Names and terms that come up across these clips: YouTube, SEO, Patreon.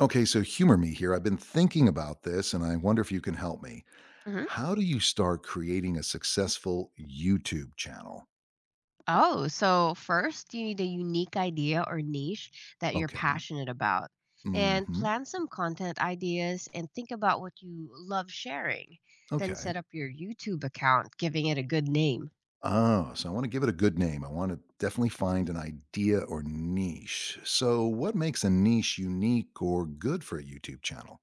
Okay, so humor me here. I've been thinking about this and I wonder if you can help me. Hmm. How do you start creating a successful YouTube channel? Oh, so first you need a unique idea or niche that you're Okay. passionate about. And hmm plan some content ideas and think about what you love sharing. Then Okay. set up your YouTube account, giving it a good name. Oh, so I want to give it a good name. I want to definitely find an idea or niche. So, what makes a niche unique or good for a YouTube channel?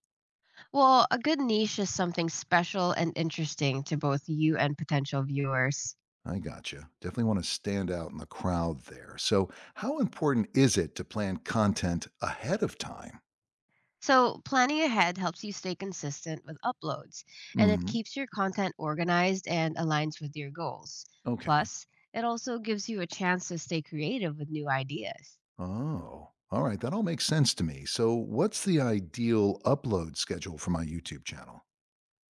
Well, a good niche is something special and interesting to both you and potential viewers. I gotcha. Definitely want to stand out in the crowd there. So, how important is it to plan content ahead of time? So, planning ahead helps you stay consistent with uploads, and it hmm keeps your content organized and aligns with your goals. Okay. Plus, it also gives you a chance to stay creative with new ideas. Oh, all right. That all makes sense to me. So, what's the ideal upload schedule for my YouTube channel?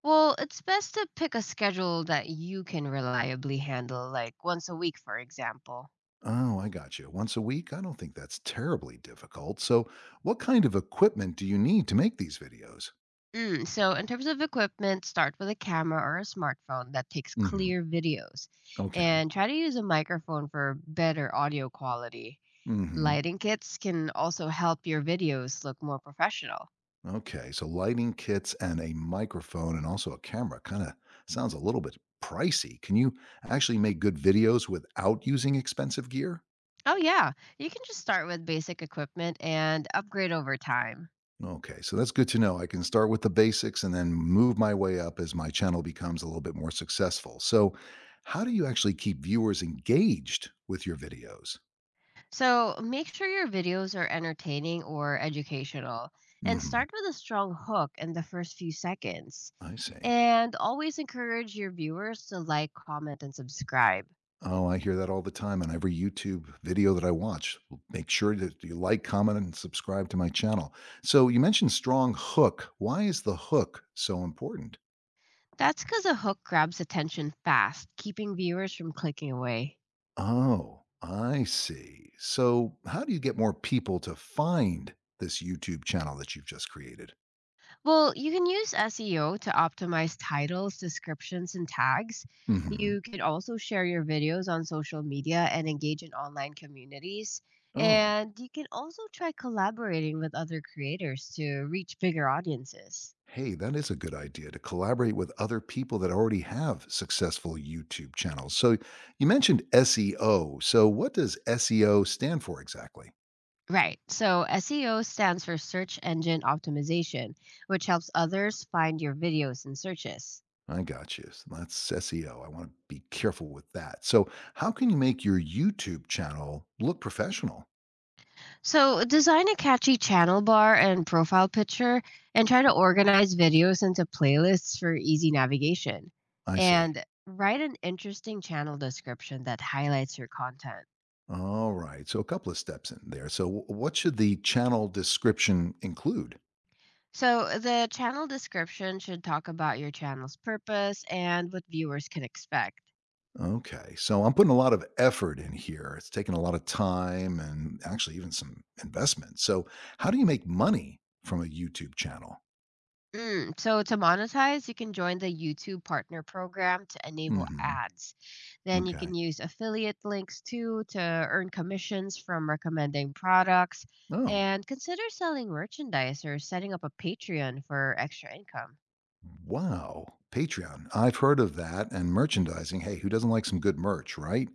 Well, it's best to pick a schedule that you can reliably handle, like once a week, for example. Oh, I got you. Once a week? I don't think that's terribly difficult. So, what kind of equipment do you need to make these videos? So, in terms of equipment, start with a camera or a smartphone that takes Hmm. clear videos, Okay. and try to use a microphone for better audio quality. hmm. Lighting kits can also help your videos look more professional. Okay. So, lighting kits and a microphone and also a camera kind of sounds a little bit pricey. Can you actually make good videos without using expensive gear? Oh, yeah. You can just start with basic equipment and upgrade over time. Okay, so that's good to know. I can start with the basics and then move my way up as my channel becomes a little bit more successful. So, how do you actually keep viewers engaged with your videos? So make sure your videos are entertaining or educational and hmm start with a strong hook in the first few seconds. I see. And always encourage your viewers to like, comment, and subscribe. Oh, I hear that all the time on every YouTube video that I watch. Make sure that you like, comment, and subscribe to my channel. So, you mentioned strong hook. Why is the hook so important? That's because a hook grabs attention fast, keeping viewers from clicking away. Oh, I see. So, how do you get more people to find this YouTube channel that you've just created? Well, you can use SEO to optimize titles, descriptions, and tags. Mhm. You can also share your videos on social media and engage in online communities. Oh, And you can also try collaborating with other creators to reach bigger audiences. hey, that is a good idea to collaborate with other people that already have successful YouTube channels. So you mentioned SEO. So what does SEO stand for exactly? Right. So SEO stands for Search Engine Optimization, which helps others find your videos in searches. I got you. So that's SEO. I want to be careful with that. So how can you make your YouTube channel look professional? So, design a catchy channel bar and profile picture, and try to organize videos into playlists for easy navigation. I see. And write an interesting channel description that highlights your content. All right. So a couple of steps in there. So what should the channel description include? So, the channel description should talk about your channel's purpose and what viewers can expect. Okay, so I'm putting a lot of effort in here. It's taking a lot of time and actually even some investment. So, how do you make money from a YouTube channel? So to monetize, you can join the YouTube Partner Program to enable Mhm. ads. Then you Okay. can use affiliate links too to earn commissions from recommending products, Oh, and consider selling merchandise or setting up a Patreon for extra income. wow. Patreon. I've heard of that and merchandising. Hey, who doesn't like some good merch, right?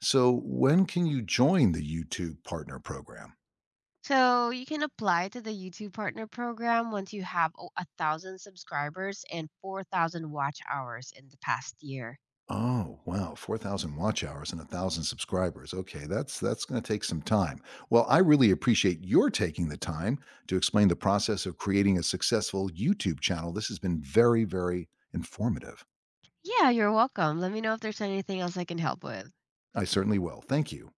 So, when can you join the YouTube Partner Program? So you can apply to the YouTube Partner Program once you have 1,000 subscribers and 4,000 watch hours in the past year. Oh, wow, 4,000 watch hours and 1,000 subscribers. Okay, that's going to take some time. Well, I really appreciate your taking the time to explain the process of creating a successful YouTube channel. This has been very, very informative. Yeah, you're welcome. Let me know if there's anything else I can help with. I certainly will. Thank you.